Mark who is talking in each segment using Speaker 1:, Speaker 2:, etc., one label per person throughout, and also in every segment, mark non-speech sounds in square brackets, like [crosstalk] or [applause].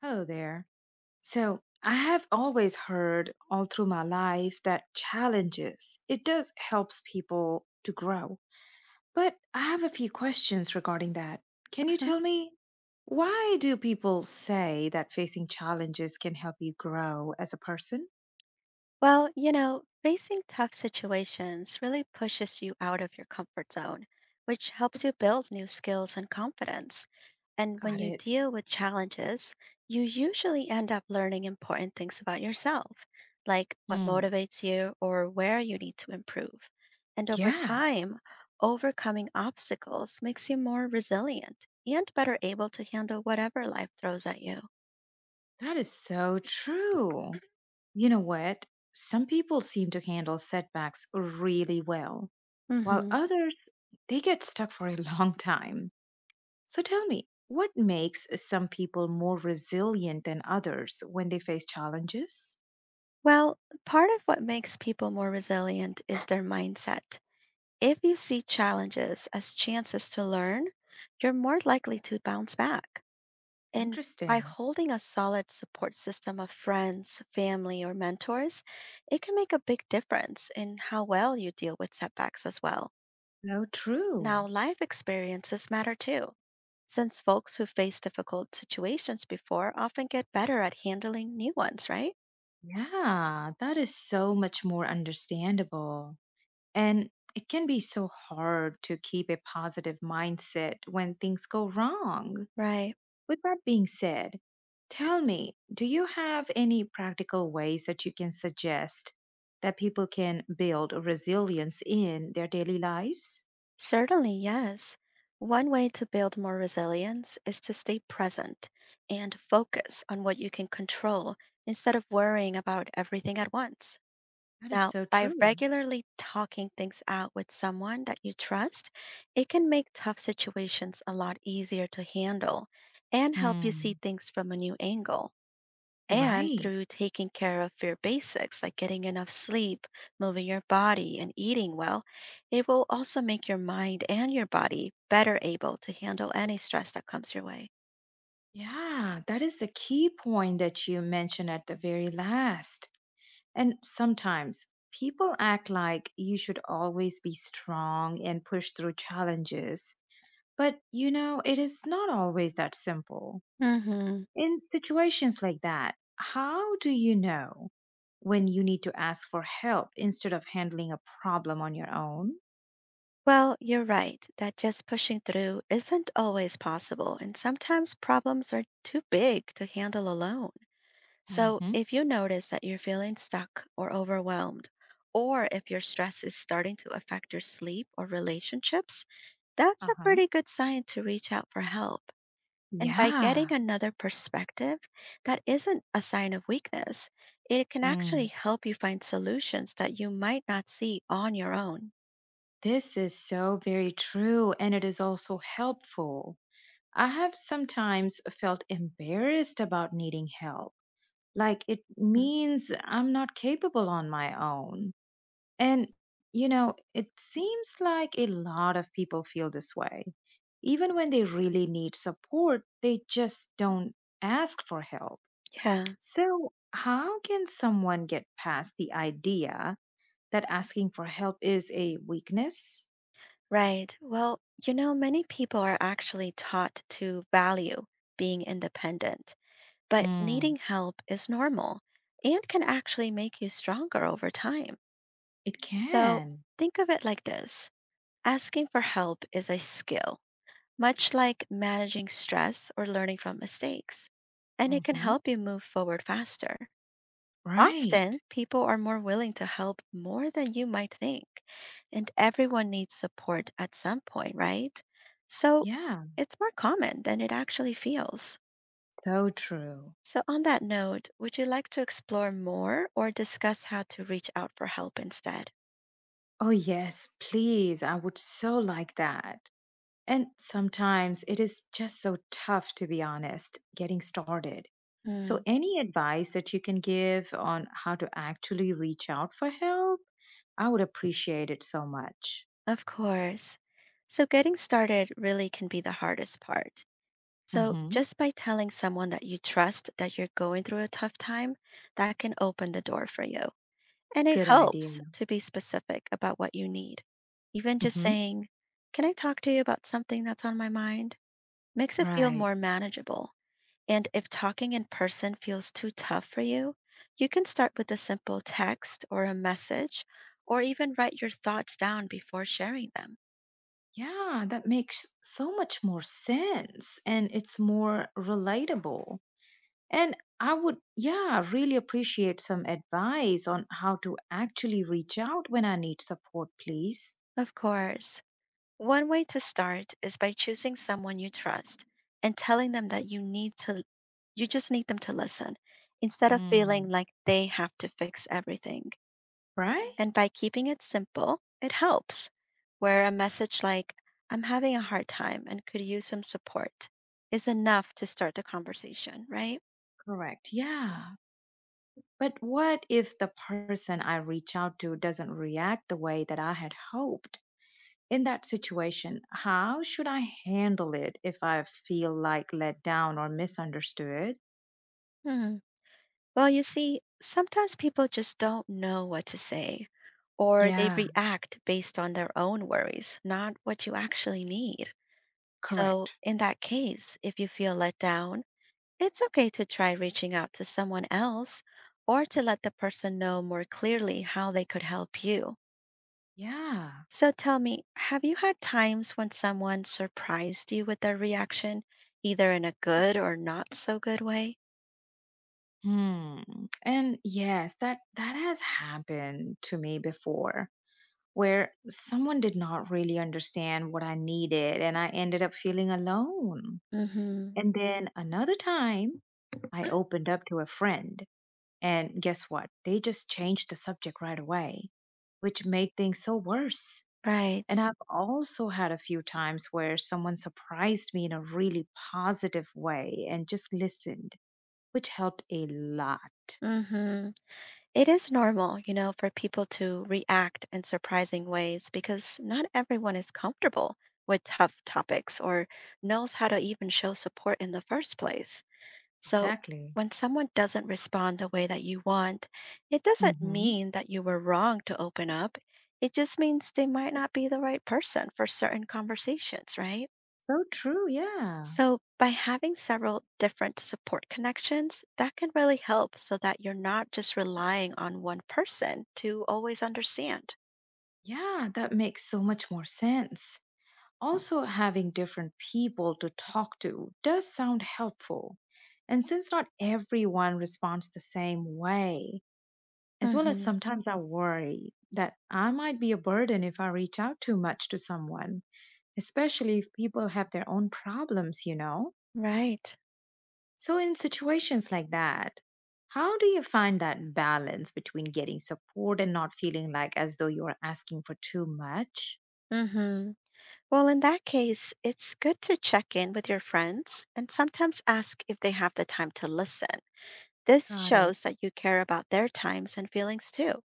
Speaker 1: Hello there. So, I have always heard all through my life that challenges, it does helps people to grow. But I have a few questions regarding that. Can you tell me, why do people say that facing challenges can help you grow as a person?
Speaker 2: Well, you know, facing tough situations really pushes you out of your comfort zone, which helps you build new skills and confidence. And when
Speaker 1: Got
Speaker 2: you
Speaker 1: it.
Speaker 2: deal with challenges, you usually end up learning important things about yourself, like what
Speaker 1: Hmm.
Speaker 2: motivates you or where you need to improve. And over
Speaker 1: Yeah.
Speaker 2: time, overcoming obstacles makes you more resilient and better able to handle whatever life throws at you.
Speaker 1: That is so true. You know what? Some people seem to handle setbacks really well, while
Speaker 2: hmm
Speaker 1: others, they get stuck for a [laughs] long time. So tell me, what makes some people more resilient than others when they face challenges?
Speaker 2: Well, part of what makes people more resilient is their mindset. If you see challenges as chances to learn, you're more likely to bounce back. And by
Speaker 1: Interesting.
Speaker 2: holding a solid support system of friends, family, or mentors, it can make a big difference in how well you deal with setbacks as well.
Speaker 1: So
Speaker 2: Now,
Speaker 1: true.
Speaker 2: life experiences matter too, since folks who face difficult situations before often get better at handling new ones, right?
Speaker 1: Yeah, that is so much more understandable. And it can be so hard to keep a positive mindset when things go wrong.
Speaker 2: Right.
Speaker 1: With that being said, tell me, do you have any practical ways that you can suggest that people can build resilience in their daily lives?
Speaker 2: Certainly, yes. One way to build more resilience is to stay present and focus on what you can control instead of worrying about everything at once.
Speaker 1: That is
Speaker 2: Now,
Speaker 1: so
Speaker 2: by
Speaker 1: true.
Speaker 2: regularly talking things out with someone that you trust, it can make tough situations a lot easier to handle and help you see
Speaker 1: Mm,
Speaker 2: things from a new angle. And
Speaker 1: right.
Speaker 2: through taking care of your basics, like getting enough sleep, moving your body, and eating well, it will also make your mind and your body better able to handle any stress that comes your way.
Speaker 1: Yeah, that is the key point that you mentioned at the very last. And sometimes people act like you should always be strong and push through challenges. But, you know, it is not always that simple.
Speaker 2: hmm
Speaker 1: In situations like that, how do you know when you need to ask for help instead of handling a problem on your own?
Speaker 2: Well, you're right that just pushing through isn't always possible, and sometimes problems are too big to handle alone. So,
Speaker 1: Mm-hmm.
Speaker 2: if you notice that you're feeling stuck or overwhelmed, or if your stress is starting to affect your sleep or relationships, that's a
Speaker 1: Uh-huh.
Speaker 2: pretty good sign to reach out for help. And by
Speaker 1: Yeah.
Speaker 2: getting another perspective, that isn't a sign of weakness. It can actually
Speaker 1: Mm.
Speaker 2: help you find solutions that you might not see on your own.
Speaker 1: This is so very true, and it is also helpful. I have sometimes felt embarrassed about needing help, like it
Speaker 2: Mm.
Speaker 1: means I'm not capable on my own. And, you know, it seems like a lot of people feel this way. Even when they really need support, they just don't ask for help.
Speaker 2: Yeah,
Speaker 1: So, how can someone get past the idea that asking for help is a weakness?
Speaker 2: right. Well, you know, many people are actually taught to value being independent, but
Speaker 1: Hmm,
Speaker 2: needing help is normal and can actually make you stronger over time.
Speaker 1: it
Speaker 2: So,
Speaker 1: can.
Speaker 2: think of it like this: asking for help is a skill, much like managing stress or learning from mistakes, and it can
Speaker 1: Hmm.
Speaker 2: help you move forward faster.
Speaker 1: Right.
Speaker 2: Often, people are more willing to help more than you might think, and everyone needs support at some point, right? So
Speaker 1: Yeah,
Speaker 2: it's more common than it actually feels.
Speaker 1: so true.
Speaker 2: So, on that note, would you like to explore more or discuss how to reach out for help instead?
Speaker 1: Oh, yes, please. I would so like that. And sometimes it is just so tough, to be honest, getting started. So,
Speaker 2: Mm,
Speaker 1: any advice that you can give on how to actually reach out for help? I would appreciate it so much.
Speaker 2: of course. So, getting started really can be the hardest part. So,
Speaker 1: Hmm.
Speaker 2: just by telling someone that you trust that you're going through a tough time, that can open the door for you. And it
Speaker 1: Good idea.
Speaker 2: helps to be specific about what you need. Even just
Speaker 1: Hmm.
Speaker 2: saying, can I talk to you about something that's on my mind, makes it feel
Speaker 1: Right.
Speaker 2: more manageable. And if talking in person feels too tough for you, you can start with a simple text or a message, or even write your thoughts down before sharing them.
Speaker 1: Yeah, that makes so much more sense and it's more relatable. And I would, yeah, really appreciate some advice on how to actually reach out when I need support, please.
Speaker 2: Of course, one way to start is by choosing someone you trust and telling them that you just need them to listen instead of feeling like they have to fix everything. And
Speaker 1: Right?
Speaker 2: by keeping it simple, it helps. Where a message like, I'm having a hard time and could use some support, is enough to start the conversation, right?
Speaker 1: Correct. Yeah. But what if the person I reach out to doesn't react the way that I had hoped? In that situation, how should I handle it if I feel like let down or misunderstood?
Speaker 2: Hmm. Well, you see, sometimes people just don't know what to say, or they
Speaker 1: Yeah,
Speaker 2: react based on their own worries, not what you actually need. So,
Speaker 1: correct.
Speaker 2: in that case, if you feel let down, it's okay to try reaching out to someone else or to let the person know more clearly how they could help you.
Speaker 1: Yeah.
Speaker 2: So tell me, have you had times when someone surprised you with their reaction, either in a good or not so good way?
Speaker 1: Hmm. And yes, that has happened to me before where someone did not really understand what I needed and I ended up feeling alone.
Speaker 2: Mhm.
Speaker 1: And then another time I opened up to a friend. And guess what? They just changed the subject right away, which made things so worse.
Speaker 2: Right.
Speaker 1: And I've also had a few times where someone surprised me in a really positive way and just listened, which helped a lot.
Speaker 2: Mhm. It is normal, you know, for people to react in surprising ways because not everyone is comfortable with tough topics or knows how to even show support in the first place. So
Speaker 1: Exactly.
Speaker 2: when someone doesn't respond the way that you want, it doesn't
Speaker 1: Hmm.
Speaker 2: mean that you were wrong to open up. It just means they might not be the right person for certain conversations, right?
Speaker 1: So true. Yeah.
Speaker 2: So by having several different support connections, that can really help so that you're not just relying on one person to always understand.
Speaker 1: Yeah. That makes so much more sense. Also, having different people to talk to does sound helpful. And since not everyone responds the same way, as well as
Speaker 2: hmm
Speaker 1: sometimes I worry that I might be a burden if I reach out too much to someone, especially if people have their own problems, you know?
Speaker 2: Right.
Speaker 1: So, in situations like that, how do you find that balance between getting support and not feeling like as though you're asking for too much?
Speaker 2: hmm Well, in that case, it's good to check in with your friends and sometimes ask if they have the time to listen. This
Speaker 1: Got it.
Speaker 2: shows that you care about their times and feelings too.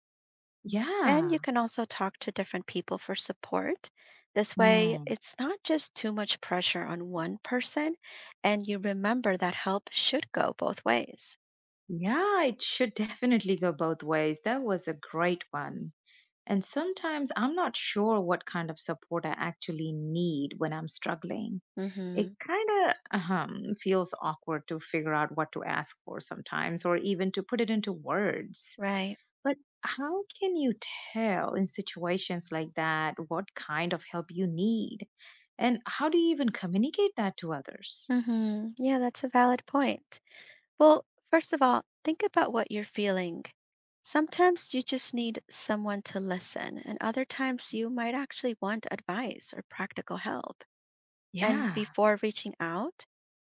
Speaker 2: And you
Speaker 1: Yeah.
Speaker 2: can also talk to different people for support. This way,
Speaker 1: Hmm.
Speaker 2: it's not just too much pressure on one person, and you remember that help should go both ways.
Speaker 1: Yeah, it should definitely go both ways. That was a great one. And sometimes I'm not sure what kind of support I actually need when I'm struggling. It
Speaker 2: Mhm.
Speaker 1: kind of feels awkward to figure out what to ask for sometimes, or even to put it into words.
Speaker 2: Right.
Speaker 1: But how can you tell in situations like that what kind of help you need? And how do you even communicate that to others?
Speaker 2: Mhm. Yeah, that's a valid point. Well, first of all, think about what you're feeling. Sometimes you just need someone to listen, and other times you might actually want advice or practical help. And
Speaker 1: Yeah.
Speaker 2: before reaching out,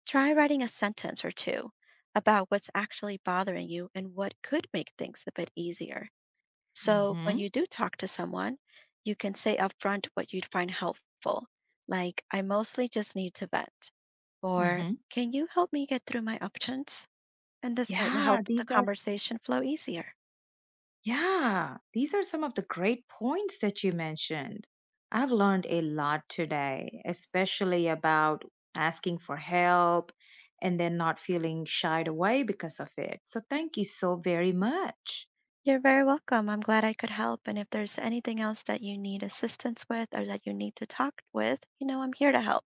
Speaker 2: try writing a sentence or two about what's actually bothering you and what could make things a bit easier. So when
Speaker 1: Mm-hmm.
Speaker 2: you do talk to someone, you can say upfront what you'd find helpful, like, I mostly just need to vent, or
Speaker 1: Mm-hmm.
Speaker 2: can you help me get through my options? And this might
Speaker 1: Yeah,
Speaker 2: help the
Speaker 1: these are
Speaker 2: conversation flow easier.
Speaker 1: Yeah, these are some of the great points that you mentioned. I've learned a lot today, especially about asking for help and then not feeling shied away because of it. So, thank you so very much.
Speaker 2: You're very welcome. I'm glad I could help. And if there's anything else that you need assistance with or that you need to talk with, you know, I'm here to help.